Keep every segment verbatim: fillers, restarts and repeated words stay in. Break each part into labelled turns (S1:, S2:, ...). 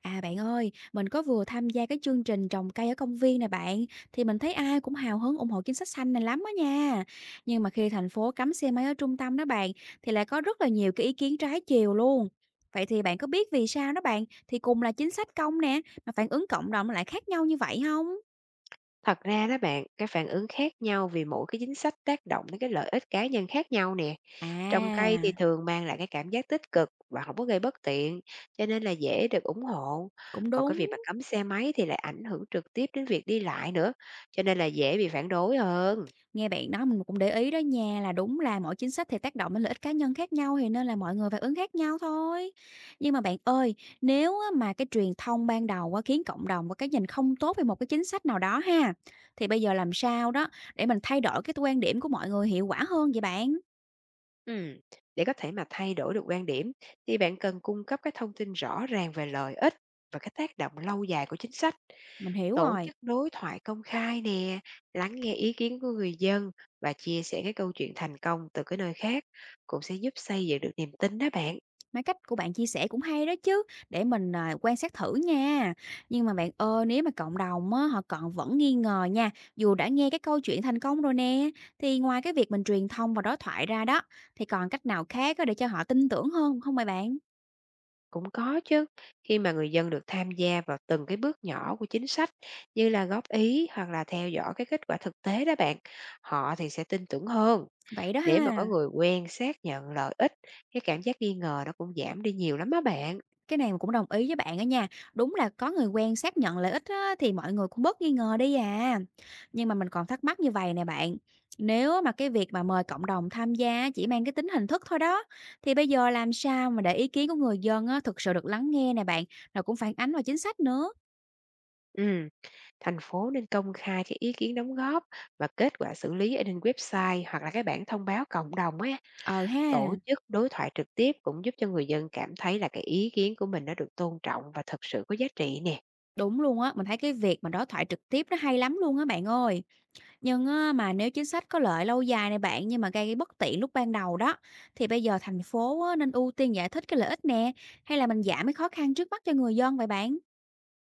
S1: À, bạn ơi, mình có vừa tham gia cái chương trình trồng cây ở công viên này bạn, thì mình thấy ai cũng hào hứng ủng hộ chính sách xanh này lắm á nha. Nhưng mà khi thành phố cấm xe máy ở trung tâm đó bạn, thì lại có rất là nhiều cái ý kiến trái chiều luôn. Vậy thì bạn có biết vì sao đó bạn, thì cùng là chính sách công nè, mà phản ứng cộng đồng lại khác nhau như vậy không?
S2: Thật ra đó bạn, cái phản ứng khác nhau vì mỗi cái chính sách tác động đến cái lợi ích cá nhân khác nhau nè. Trồng cây thì
S1: À,
S2: thường mang lại cái cảm giác tích cực và không có gây bất tiện, cho nên là dễ được ủng hộ.
S1: cũng
S2: Còn cái việc
S1: đúng.
S2: mà cấm xe máy thì lại ảnh hưởng trực tiếp đến việc đi lại nữa, cho nên là dễ bị phản đối hơn.
S1: Nghe bạn nói mình cũng để ý đó nha, là đúng là mỗi chính sách thì tác động đến lợi ích cá nhân khác nhau, thì nên là mọi người phản ứng khác nhau thôi. Nhưng mà bạn ơi, nếu á mà cái truyền thông ban đầu á khiến cộng đồng có cái nhìn không tốt về một cái chính sách nào đó ha, thì bây giờ làm sao đó để mình thay đổi cái quan điểm của mọi người hiệu quả hơn vậy bạn?
S2: Ừm, Để có thể mà thay đổi được quan điểm thì bạn cần cung cấp cái thông tin rõ ràng về lợi ích và cái tác động lâu dài của chính sách.
S1: Mình hiểu
S2: Tổ
S1: rồi.
S2: chức đối thoại công khai nè, lắng nghe ý kiến của người dân và chia sẻ cái câu chuyện thành công từ cái nơi khác cũng sẽ giúp xây dựng được niềm tin đó bạn.
S1: Mấy cách của bạn chia sẻ cũng hay đó chứ, để mình, à, quan sát thử nha. Nhưng mà bạn ơi, nếu mà cộng đồng á, họ còn vẫn nghi ngờ nha, dù đã nghe cái câu chuyện thành công rồi nè, thì ngoài cái việc mình truyền thông và đối thoại ra đó, thì còn cách nào khác á để cho họ tin tưởng hơn không vậy bạn?
S2: Cũng có chứ, khi mà người dân được tham gia vào từng cái bước nhỏ của chính sách, như là góp ý hoặc là theo dõi cái kết quả thực tế đó bạn, họ thì sẽ tin tưởng hơn.
S1: Vậy đó
S2: Nếu mà có
S1: ha.
S2: người quen xác nhận lợi ích, cái cảm giác nghi ngờ nó cũng giảm đi nhiều lắm á bạn.
S1: Cái này mình cũng đồng ý với bạn á nha. Đúng là có người quen xác nhận lợi ích á, thì mọi người cũng bớt nghi ngờ đi à. Nhưng mà mình còn thắc mắc như vậy nè bạn. Nếu mà cái việc mà mời cộng đồng tham gia chỉ mang cái tính hình thức thôi đó, thì bây giờ làm sao mà để ý kiến của người dân á, thực sự được lắng nghe nè bạn, rồi cũng phản ánh vào chính sách nữa.
S2: Ừ. Thành phố nên công khai cái ý kiến đóng góp và kết quả xử lý ở trên website hoặc là cái bản thông báo cộng đồng á.
S1: Ờ ha.
S2: Tổ chức đối thoại trực tiếp cũng giúp cho người dân cảm thấy là cái ý kiến của mình nó được tôn trọng và thật sự có giá trị nè.
S1: Đúng luôn á, mình thấy cái việc mà đối thoại trực tiếp nó hay lắm luôn á bạn ơi. Nhưng á, mà nếu chính sách có lợi lâu dài này bạn nhưng mà gây cái bất tiện lúc ban đầu đó thì bây giờ thành phố á, nên ưu tiên giải thích cái lợi ích nè hay là mình giảm cái khó khăn trước mắt cho người dân vậy bạn?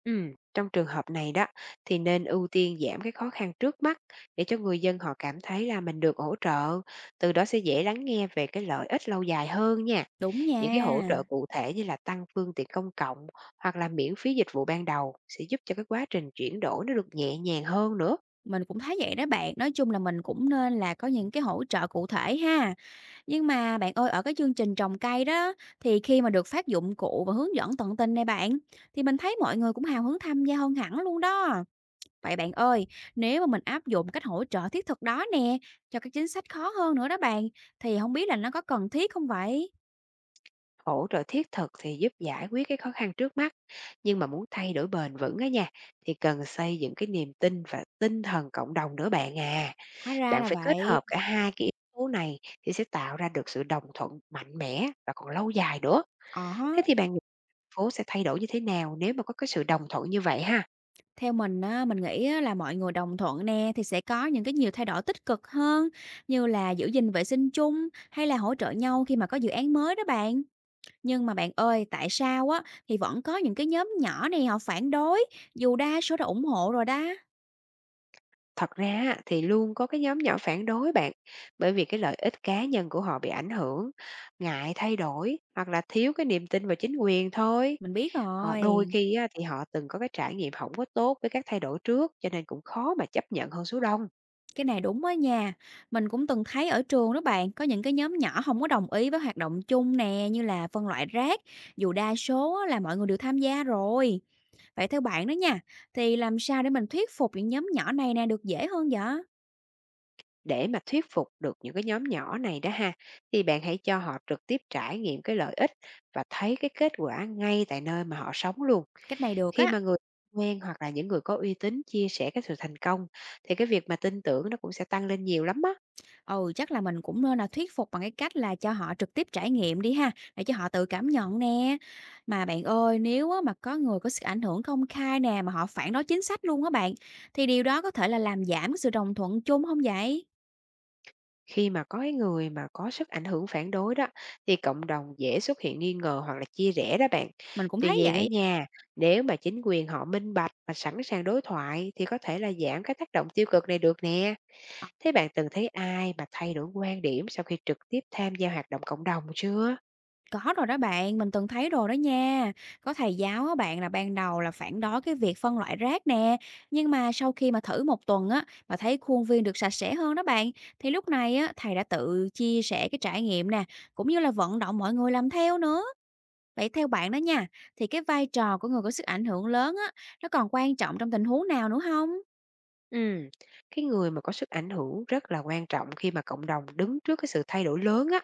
S2: Ừm, Trong trường hợp này đó thì nên ưu tiên giảm cái khó khăn trước mắt, để cho người dân họ cảm thấy là mình được hỗ trợ, từ đó sẽ dễ lắng nghe về cái lợi ích lâu dài hơn nha.
S1: Đúng
S2: Những
S1: nha.
S2: cái hỗ trợ cụ thể như là tăng phương tiện công cộng hoặc là miễn phí dịch vụ ban đầu sẽ giúp cho cái quá trình chuyển đổi nó được nhẹ nhàng hơn nữa.
S1: Mình cũng thấy vậy đó bạn. Nói chung là mình cũng nên là có những cái hỗ trợ cụ thể ha. Nhưng mà bạn ơi ở cái chương trình trồng cây đó thì khi mà được phát dụng cụ và hướng dẫn tận tình này bạn thì mình thấy mọi người cũng hào hứng tham gia hơn hẳn luôn đó. Vậy bạn ơi, nếu mà mình áp dụng cách hỗ trợ thiết thực đó nè, cho các chính sách khó hơn nữa đó bạn, thì không biết là nó có cần thiết không vậy?
S2: Hỗ trợ thiết thực thì giúp giải quyết cái khó khăn trước mắt, nhưng mà muốn thay đổi bền vững á nha thì cần xây dựng cái niềm tin và tinh thần cộng đồng nữa bạn à.
S1: Hóa ra
S2: Bạn
S1: là
S2: phải kết
S1: vậy.
S2: hợp cả hai cái yếu tố này thì sẽ tạo ra được sự đồng thuận mạnh mẽ và còn lâu dài nữa.
S1: Ờ
S2: Thế thì bạn nghĩ phố sẽ thay đổi như thế nào nếu mà có cái sự đồng thuận như vậy ha?
S1: theo mình á, mình nghĩ á là mọi người đồng thuận nè, thì sẽ có những cái nhiều thay đổi tích cực hơn, như là giữ gìn vệ sinh chung hay là hỗ trợ nhau khi mà có dự án mới đó bạn. Nhưng mà bạn ơi, tại sao á, thì vẫn có những cái nhóm nhỏ này họ phản đối, dù đa số đã ủng hộ rồi đó?
S2: Thật ra á, thì luôn có cái nhóm nhỏ phản đối bạn, bởi vì cái lợi ích cá nhân của họ bị ảnh hưởng, ngại thay đổi hoặc là thiếu cái niềm tin vào chính quyền thôi.
S1: Mình biết
S2: Họ đôi
S1: rồi.
S2: khi á, thì họ từng có cái trải nghiệm không có tốt với các thay đổi trước, cho nên cũng khó mà chấp nhận hơn số đông.
S1: Cái này đúng á nha. Mình cũng từng thấy ở trường đó bạn, có những cái nhóm nhỏ không có đồng ý với hoạt động chung nè, như là phân loại rác, dù đa số á là mọi người đều tham gia rồi. Vậy theo bạn đó nha, thì làm sao để mình thuyết phục những nhóm nhỏ này nè được dễ hơn vậy?
S2: Để mà thuyết phục được những cái nhóm nhỏ này đó ha, thì bạn hãy cho họ trực tiếp trải nghiệm cái lợi ích và thấy cái kết quả ngay tại nơi mà họ sống luôn.
S1: Cách này được
S2: Khi
S1: á.
S2: mà người quen hoặc là những người có uy tín chia sẻ cái sự thành công, thì cái việc mà tin tưởng nó cũng sẽ tăng lên nhiều lắm á.
S1: Ừ, chắc là mình cũng nên là thuyết phục bằng cái cách là cho họ trực tiếp trải nghiệm đi ha, để cho họ tự cảm nhận nè. Mà bạn ơi, nếu á mà có người có sự ảnh hưởng công khai nè, mà họ phản đối chính sách luôn á bạn, thì điều đó có thể là làm giảm cái sự đồng thuận chung không vậy?
S2: Khi mà có cái người mà có sức ảnh hưởng phản đối đó, thì cộng đồng dễ xuất hiện nghi ngờ hoặc là chia rẽ đó bạn.
S1: Mình cũng
S2: Tuy
S1: thấy
S2: nhiên ở
S1: vậy.
S2: nhà, nếu mà chính quyền họ minh bạch và sẵn sàng đối thoại thì có thể là giảm cái tác động tiêu cực này được nè.
S1: Ờ,
S2: Thế bạn từng thấy ai mà thay đổi quan điểm sau khi trực tiếp tham gia hoạt động cộng đồng chưa?
S1: có rồi đó bạn, mình từng thấy rồi đó nha. Có thầy giáo á bạn là ban đầu là phản đối cái việc phân loại rác nè, nhưng mà sau khi mà thử một tuần á, mà thấy khuôn viên được sạch sẽ hơn đó bạn, thì lúc này á, thầy đã tự chia sẻ cái trải nghiệm nè, cũng như là vận động mọi người làm theo nữa. Vậy theo bạn đó nha, thì cái vai trò của người có sức ảnh hưởng lớn á, nó còn quan trọng trong tình huống nào nữa không?
S2: Ừm, cái người mà có sức ảnh hưởng rất là quan trọng khi mà cộng đồng đứng trước cái sự thay đổi lớn á,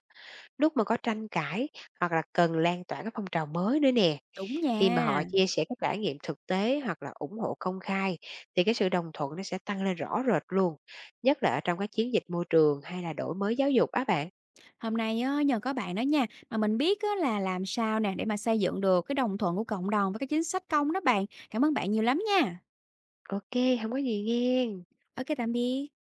S2: lúc mà có tranh cãi hoặc là cần lan tỏa các phong trào mới nữa nè.
S1: Đúng
S2: Khi mà
S1: nha.
S2: họ chia sẻ các trải nghiệm thực tế hoặc là ủng hộ công khai thì cái sự đồng thuận nó sẽ tăng lên rõ rệt luôn, nhất là ở trong các chiến dịch môi trường hay là đổi mới giáo dục á bạn.
S1: Hôm nay á, nhờ có bạn đó nha, mà mình biết á, là làm sao nè để mà xây dựng được cái đồng thuận của cộng đồng với cái chính sách công đó bạn. Cảm ơn bạn nhiều lắm nha.
S2: Ok, không có gì nghe.
S1: Ok, tạm biệt.